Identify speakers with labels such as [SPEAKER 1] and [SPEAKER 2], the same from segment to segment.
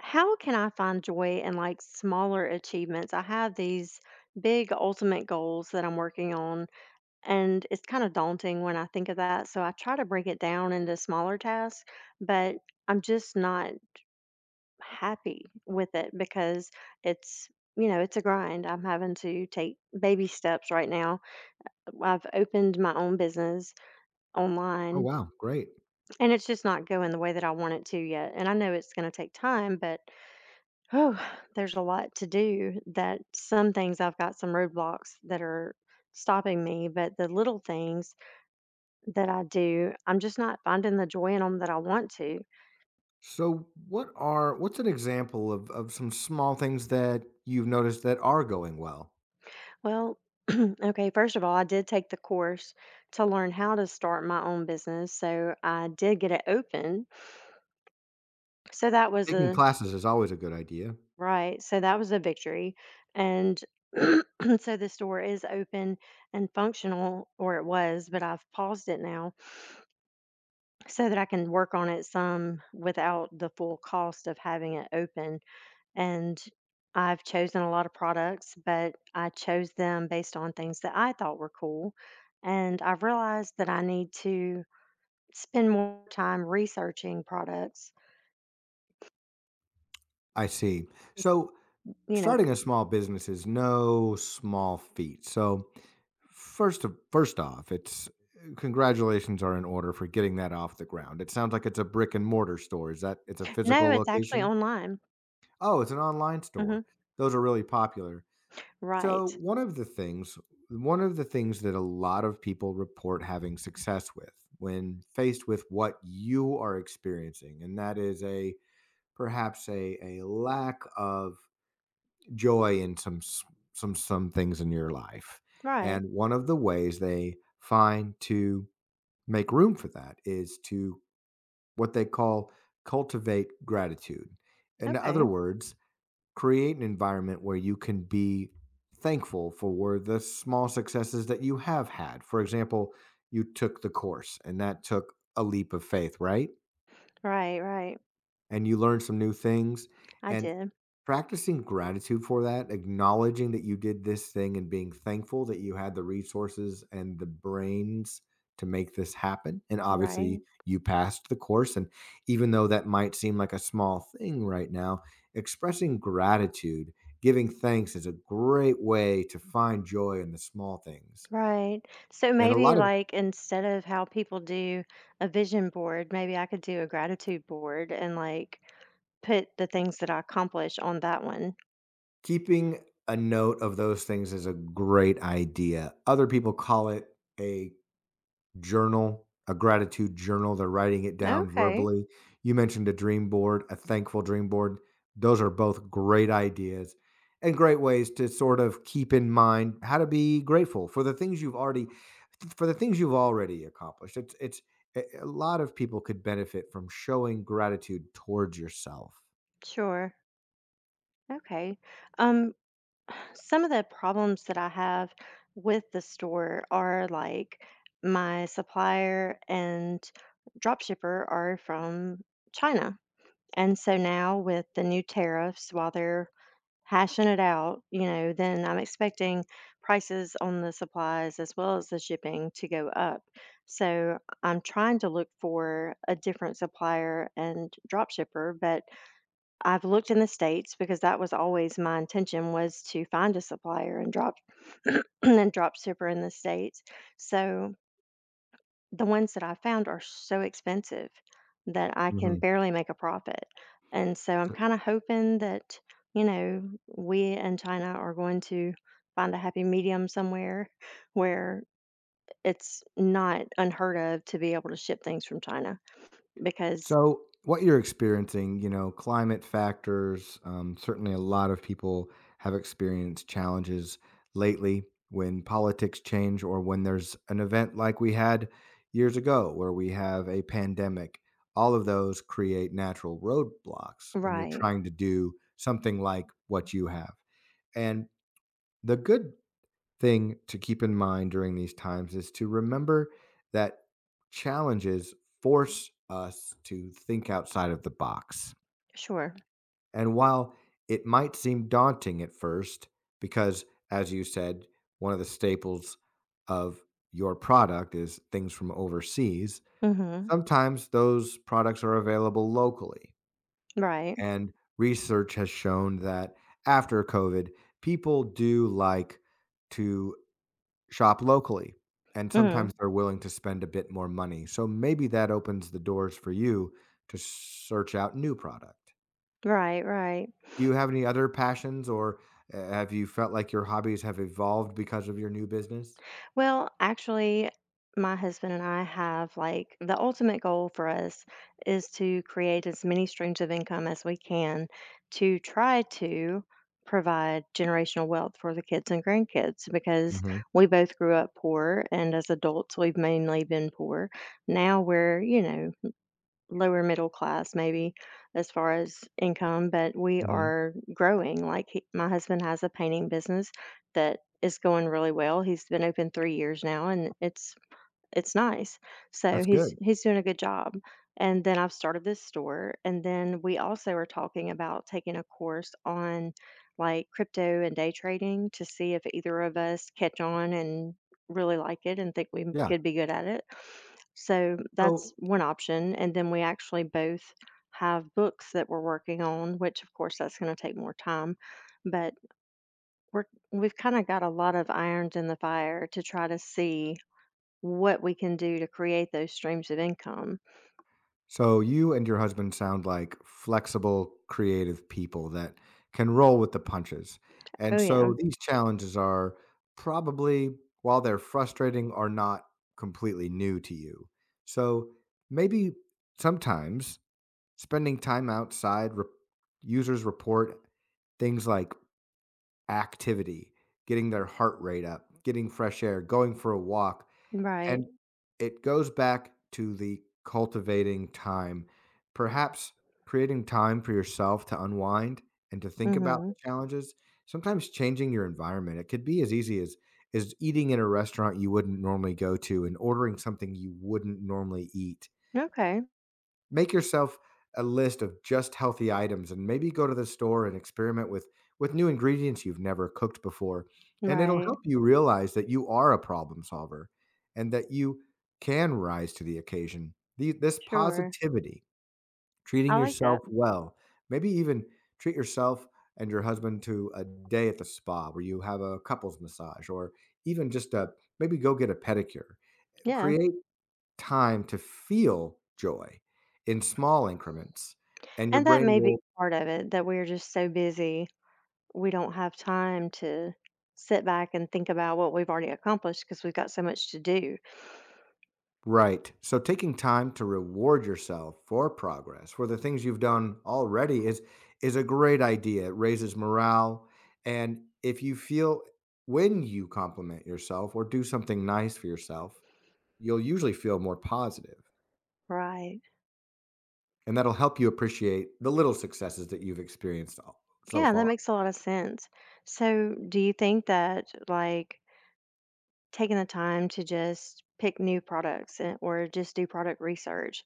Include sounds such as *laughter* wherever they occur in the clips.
[SPEAKER 1] How can I find joy in smaller achievements? I have these big ultimate goals that I'm working on, and it's kind of daunting when I think of that. So I try to break it down into smaller tasks, but I'm just not happy with it because it's it's a grind. I'm having to take baby steps right now. I've opened my own business
[SPEAKER 2] Oh
[SPEAKER 1] online,
[SPEAKER 2] wow, great.
[SPEAKER 1] and it's just not going the way that I want it to yet, and I know it's going to take time, but oh, there's a lot to do. That Some things, I've got some roadblocks that are stopping me, but the little things that I do, I'm just not finding the joy in them that I want to.
[SPEAKER 2] So what's an example of some small things that you've noticed that are going well?
[SPEAKER 1] Well, *clears throat* okay, first of all, I did take the course to learn how to start my own business. So I did get it open. So that was
[SPEAKER 2] Taking
[SPEAKER 1] a,
[SPEAKER 2] classes is always a good idea.
[SPEAKER 1] right. So that was a victory. And *clears throat* so the store is open and functional, or it was, but I've paused it now so that I can work on it some without the full cost of having it open. And I've chosen a lot of products, but I chose them based on things that I thought were cool. And I've realized that I need to spend more time researching products.
[SPEAKER 2] I see.
[SPEAKER 1] Just,
[SPEAKER 2] So
[SPEAKER 1] You know,
[SPEAKER 2] starting a small business is no small feat. So first off, it's congratulations are in order for getting that off the ground. It sounds like it's a brick and mortar store. Is that it's a
[SPEAKER 1] no,
[SPEAKER 2] physical
[SPEAKER 1] it's actually
[SPEAKER 2] location?
[SPEAKER 1] online.
[SPEAKER 2] Oh, it's an online store.
[SPEAKER 1] Hmm.
[SPEAKER 2] Those are really popular. So
[SPEAKER 1] Right.
[SPEAKER 2] one of the things that a lot of people report having success with when faced with what you are experiencing, and that is a perhaps a lack of joy in some things in your life. And
[SPEAKER 1] Right.
[SPEAKER 2] one of the ways they find to make room for that is to what they call cultivate gratitude. In other
[SPEAKER 1] Okay.
[SPEAKER 2] words, create an environment where you can be thankful for the small successes that you have had. For example, you took the course and that took a leap of faith, right?
[SPEAKER 1] Right. Right.
[SPEAKER 2] And you learn some new things,
[SPEAKER 1] I
[SPEAKER 2] and
[SPEAKER 1] did.
[SPEAKER 2] practicing gratitude for that, acknowledging that you did this thing and being thankful that you had the resources and the brains to make this happen, and obviously
[SPEAKER 1] Right.
[SPEAKER 2] you passed the course. And even though that might seem like a small thing right now, expressing gratitude, giving thanks is a great way to find joy in the small things.
[SPEAKER 1] Right. So
[SPEAKER 2] And a
[SPEAKER 1] maybe,
[SPEAKER 2] lot of
[SPEAKER 1] like, instead of how people do a vision board, maybe I could do a gratitude board and, like, put the things that I accomplish on that one.
[SPEAKER 2] Keeping a note of those things is a great idea. Other people call it a journal, a gratitude journal. They're writing it down
[SPEAKER 1] Okay.
[SPEAKER 2] verbally. You mentioned a dream board, a thankful dream board. Those are both great ideas and great ways to sort of keep in mind how to be grateful for the things you've already for the things you've already accomplished. It's a lot of people could benefit from showing gratitude towards yourself.
[SPEAKER 1] Sure. Okay. Um some of the problems that I have with the store are, like, my supplier and drop shipper are from China. And so now with the new tariffs, while they're hashing it out, you know, then I'm expecting prices on the supplies as well as the shipping to go up. So I'm trying to look for a different supplier and drop shipper, but I've looked in the States because that was always my intention, was to find a supplier and drop *clears throat* and drop shipper in the States. So the ones that I found are so expensive that I can
[SPEAKER 2] Mhm.
[SPEAKER 1] barely make a profit, and so I'm kinda hoping that, you know, we and China are going to find a happy medium somewhere *laughs* where it's not unheard of to be able to ship things from China because...
[SPEAKER 2] So, what you're experiencing, climate factors, certainly a lot of people have experienced challenges lately when politics change or when there's an event like we had years ago where we have a pandemic. All of those create natural roadblocks when you're
[SPEAKER 1] Right.
[SPEAKER 2] trying to do something like what you have. And the good thing to keep in mind during these times is to remember that challenges force us to think outside of the box.
[SPEAKER 1] Sure.
[SPEAKER 2] And while it might seem daunting at first, because as you said, one of the staples of your product is things from overseas,
[SPEAKER 1] Mhm.
[SPEAKER 2] sometimes those products are available locally.
[SPEAKER 1] Right.
[SPEAKER 2] And research has shown that after COVID, people do like to shop locally, and sometimes
[SPEAKER 1] Mhm.
[SPEAKER 2] they're willing to spend a bit more money, so maybe that opens the doors for you to search out new product.
[SPEAKER 1] Right, right.
[SPEAKER 2] Do you have any other passions, or h have you felt like your hobbies have evolved because of your new business?
[SPEAKER 1] Well, actually, my husband and I have, like, the ultimate goal for us is to create as many streams of income as we can to try to provide generational wealth for the kids and grandkids because
[SPEAKER 2] Mhm,
[SPEAKER 1] we both grew up poor, and as adults we've mainly been poor. Now we're, you know, lower middle class maybe as far as income, but we
[SPEAKER 2] mhm.
[SPEAKER 1] are growing. Like he, my husband has a painting business that is going really well. He's been open 3 years now, and it's nice. So
[SPEAKER 2] That's
[SPEAKER 1] he's
[SPEAKER 2] good,
[SPEAKER 1] he's doing a good job. And then I've started this store, and then we also are talking about taking a course on, like, crypto and day trading to see if either of us catch on and really like it and think we m
[SPEAKER 2] yeah.
[SPEAKER 1] could be good at it. So
[SPEAKER 2] So
[SPEAKER 1] that's one option, and then we actually both have books that we're working on, which, of course, that's gonna take more time, but we're we've kinda got a lot of irons in the fire to try to see what we can do to create those streams of income.
[SPEAKER 2] So you and your husband sound like flexible, creative people that can roll with the punches. And
[SPEAKER 1] Oh, yeah.
[SPEAKER 2] so these challenges are probably, while they're frustrating, are not completely new to you. So maybe sometimes spending time outside, re- users report things like activity, getting their heart rate up, getting fresh air, going for a walk,
[SPEAKER 1] Right.
[SPEAKER 2] and it goes back to the cultivating time. Perhaps creating time for yourself to unwind and to think about the
[SPEAKER 1] Hmm.
[SPEAKER 2] challenges. Sometimes changing your environment. It could be as easy as is eating in a restaurant you wouldn't normally go to and ordering something you wouldn't normally eat.
[SPEAKER 1] Okay.
[SPEAKER 2] Make yourself a list of just healthy items and maybe go to the store and experiment with new ingredients you've never cooked before, and it'll help
[SPEAKER 1] Right.
[SPEAKER 2] you realize that you are a problem solver and that you can rise to the occasion. This
[SPEAKER 1] Sure.
[SPEAKER 2] positivity, treating
[SPEAKER 1] I like
[SPEAKER 2] yourself
[SPEAKER 1] that.
[SPEAKER 2] well, maybe even treat yourself and your husband to a day at the spa where you have a couples massage, or even just a maybe go get a pedicure.
[SPEAKER 1] Yeah.
[SPEAKER 2] Create time to feel joy in small increments, and your
[SPEAKER 1] And that
[SPEAKER 2] brain
[SPEAKER 1] may
[SPEAKER 2] will.
[SPEAKER 1] be part of it, that we're just so busy, we don't have time to sit back and think about what we've already accomplished because we've got so much to do.
[SPEAKER 2] Right. So taking time to reward yourself for progress, for the things you've done already is a great idea. It raises morale, and if you feel when you compliment yourself or do something nice for yourself, you'll usually feel more positive,
[SPEAKER 1] Right.
[SPEAKER 2] and that'll help you appreciate the little successes that you've experienced so
[SPEAKER 1] Yeah, that
[SPEAKER 2] far.
[SPEAKER 1] makes a lot of sense. So, do you think that, like, taking the time to just pick new products and, or just do product research,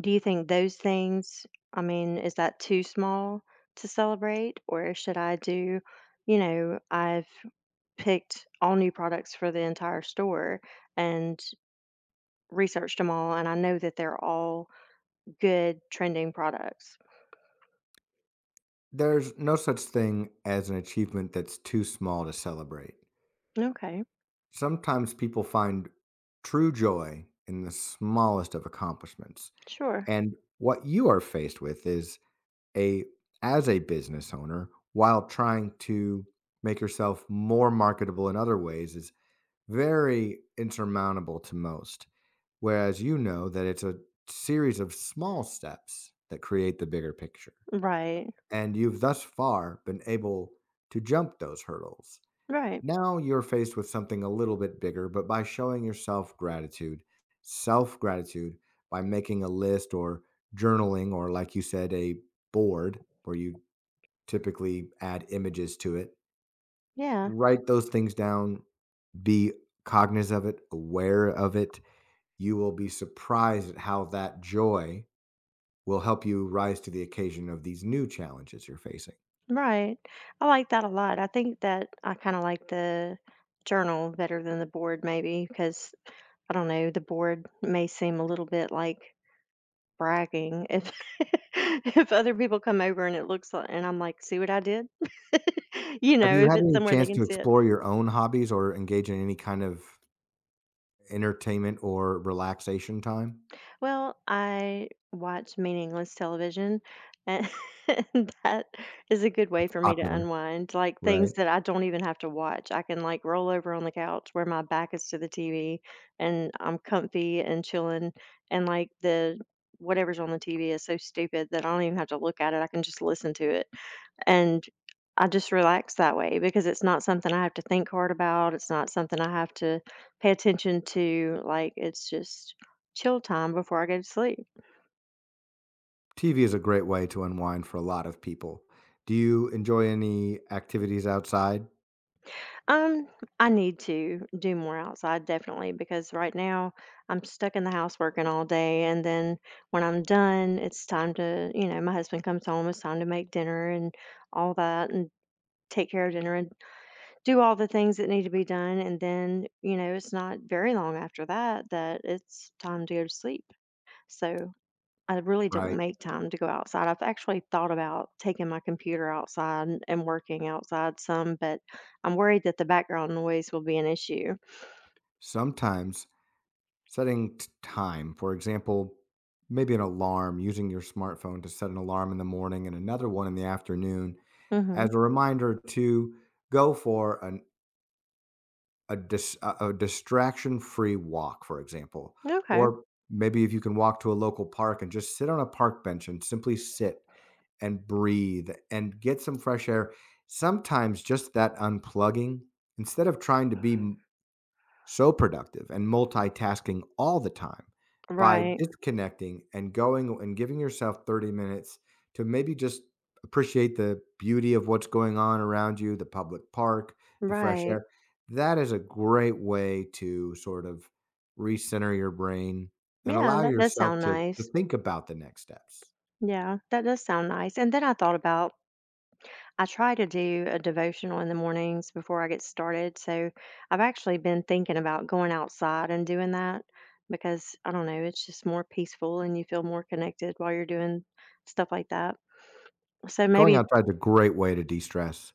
[SPEAKER 1] do you think those things I mean, is that too small to celebrate, or should I do... You know, I've picked all new products for the entire store and researched them all, and I know that they're all good trending products.
[SPEAKER 2] There's no such thing as an achievement that's too small to celebrate.
[SPEAKER 1] Okay,
[SPEAKER 2] Sometimes people find true joy in the smallest of accomplishments.
[SPEAKER 1] sure.
[SPEAKER 2] And what you are faced with is a as a business owner, while trying to make yourself more marketable in other ways, is very insurmountable to most. Whereas you know that it's a series of small steps that create the bigger picture.
[SPEAKER 1] Right,
[SPEAKER 2] And you've thus far been able to jump those hurdles.
[SPEAKER 1] right.
[SPEAKER 2] Now you're faced with something a little bit bigger, but by showing yourself gratitude, self gratitude, by making a list or journaling, or like you said, a board where you typically add images to it,
[SPEAKER 1] Yeah,
[SPEAKER 2] write those things down, be cognizant of it, aware of it. You will be surprised at how that joy will help you rise to the occasion of these new challenges you're facing.
[SPEAKER 1] right. I like that a lot. I think that I kinda like the journal better than the board, maybe, because I don't know, the board may seem a little bit like bragging if *laughs* if other people come over and it looks like, and I'm like, "See what I did?" *laughs* You
[SPEAKER 2] Have
[SPEAKER 1] know,
[SPEAKER 2] you
[SPEAKER 1] if
[SPEAKER 2] had
[SPEAKER 1] it's
[SPEAKER 2] any
[SPEAKER 1] somewhere they
[SPEAKER 2] chance
[SPEAKER 1] can
[SPEAKER 2] to
[SPEAKER 1] see it.
[SPEAKER 2] explore your own hobbies or engage in any kind of entertainment or relaxation time?
[SPEAKER 1] Well, I watch meaningless television, and *laughs* and that is a good way for me to
[SPEAKER 2] Popular,
[SPEAKER 1] unwind, like,
[SPEAKER 2] right?
[SPEAKER 1] things that I don't even have to watch. I can, like, roll over on the couch where my back is to the TV, and I'm comfy and chilling, and, like, the whatever's on the TV is so stupid that I don't even have to look at it, I can just listen to it. And I just relax that way because it's not something I have to think hard about. It's not something I have to pay attention to. Like, it's just chill time before I go to sleep.
[SPEAKER 2] TV is a great way to unwind for a lot of people. Do you enjoy any activities outside?
[SPEAKER 1] Um, I need to do more outside, definitely, because right now I'm stuck in the house working all day, and then when I'm done, it's time to, you know, my husband comes home, it's time to make dinner and all that, and take care of dinner and do all the things that need to be done, and then you know it's not very long after that that it's time to go to sleep. So I really don't
[SPEAKER 2] Right.
[SPEAKER 1] make time to go outside. I've actually thought about taking my computer outside and working outside some, but I'm worried that the background noise will be an issue.
[SPEAKER 2] Sometimes time, for example, maybe an alarm, using your smartphone to set an alarm in the morning and another one in the afternoon
[SPEAKER 1] hmm
[SPEAKER 2] as a reminder to go for an a distraction-free walk, for example,
[SPEAKER 1] okay.
[SPEAKER 2] or maybe if you can walk to a local park and just sit on a park bench and simply sit and breathe and get some fresh air. Sometimes just that unplugging, instead of trying to so productive and multitasking all the time, by
[SPEAKER 1] Right.
[SPEAKER 2] disconnecting and going and giving yourself 30 minutes to maybe just appreciate the beauty of what's going on around you, the public park, the fresh
[SPEAKER 1] Right.
[SPEAKER 2] air. That is a great way to sort of recenter your brain and
[SPEAKER 1] Yeah,
[SPEAKER 2] allow
[SPEAKER 1] that does
[SPEAKER 2] yourself
[SPEAKER 1] sound
[SPEAKER 2] to
[SPEAKER 1] nice.
[SPEAKER 2] think about the next steps.
[SPEAKER 1] Yeah, that does sound nice. And then I thought about... I try to do a devotional in the mornings before I get started. So I've actually been thinking about going outside and doing that because I don't know, it's just more peaceful and you feel more connected while you're doing stuff like that. So
[SPEAKER 2] Going
[SPEAKER 1] maybe,
[SPEAKER 2] outside is a great way to de stress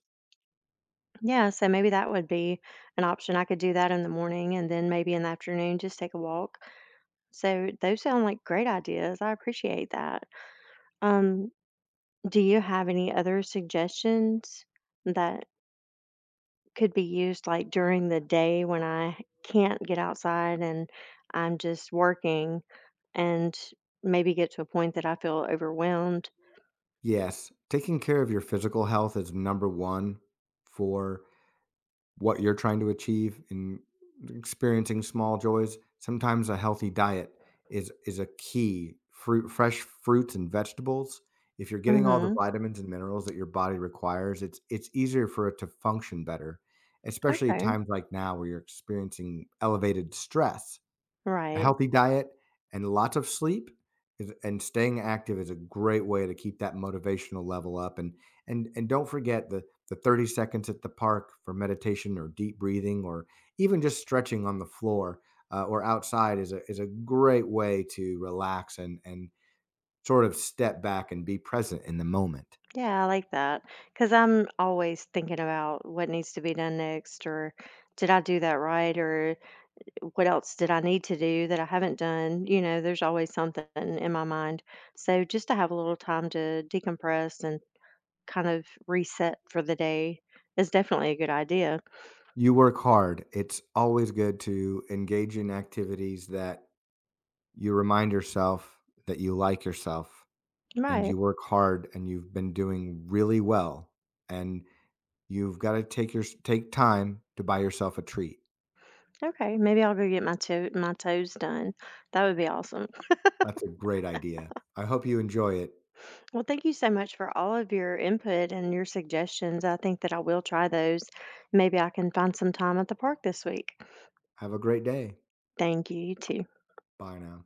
[SPEAKER 1] yeah, so maybe that would be an option. I could do that in the morning and then maybe in the afternoon just take a walk. So those sound like great ideas. I appreciate that. Um, do you have any other suggestions that could be used, like, during the day when I can't get outside and I'm just working and maybe get to a point that I feel overwhelmed?
[SPEAKER 2] Yes, taking care of your physical health is number 1 for what you're trying to achieve in experiencing small joys. Sometimes a healthy diet is a key. Fruit, fresh fruits and vegetables, if you're getting all the
[SPEAKER 1] hmm
[SPEAKER 2] vitamins and minerals that your body requires, it's easier for it to function better, especially at
[SPEAKER 1] Okay.
[SPEAKER 2] times like now where you're experiencing elevated stress. A
[SPEAKER 1] Right.
[SPEAKER 2] healthy diet and lots of sleep is, and staying active is a great way to keep that motivational level up. And don't forget the 30 seconds at the park for meditation or deep breathing, or even just stretching on the floor or outside is a great way to relax, and sort of step back and be present in the moment.
[SPEAKER 1] Yeah, I like that. Because I'm always thinking about what needs to be done next, or did I do that right, or what else did I need to do that I haven't done? You know, there's always something in my mind. So just to have a little time to decompress and kind of reset for the day is definitely a good idea.
[SPEAKER 2] You work hard. It's always good to engage in activities that you remind yourself that you like yourself, and you
[SPEAKER 1] Right.
[SPEAKER 2] work hard and you've been doing really well, and you've got to take time to buy yourself a treat.
[SPEAKER 1] Okay. Maybe I'll go get my my toes done. That would be awesome.
[SPEAKER 2] That's a great idea. I hope you enjoy it.
[SPEAKER 1] Well, thank you so much for all of your input and your suggestions. I think that I will try those. Maybe I can find some time at the park this week.
[SPEAKER 2] Have a great day.
[SPEAKER 1] Thank you, you too.
[SPEAKER 2] Bye now.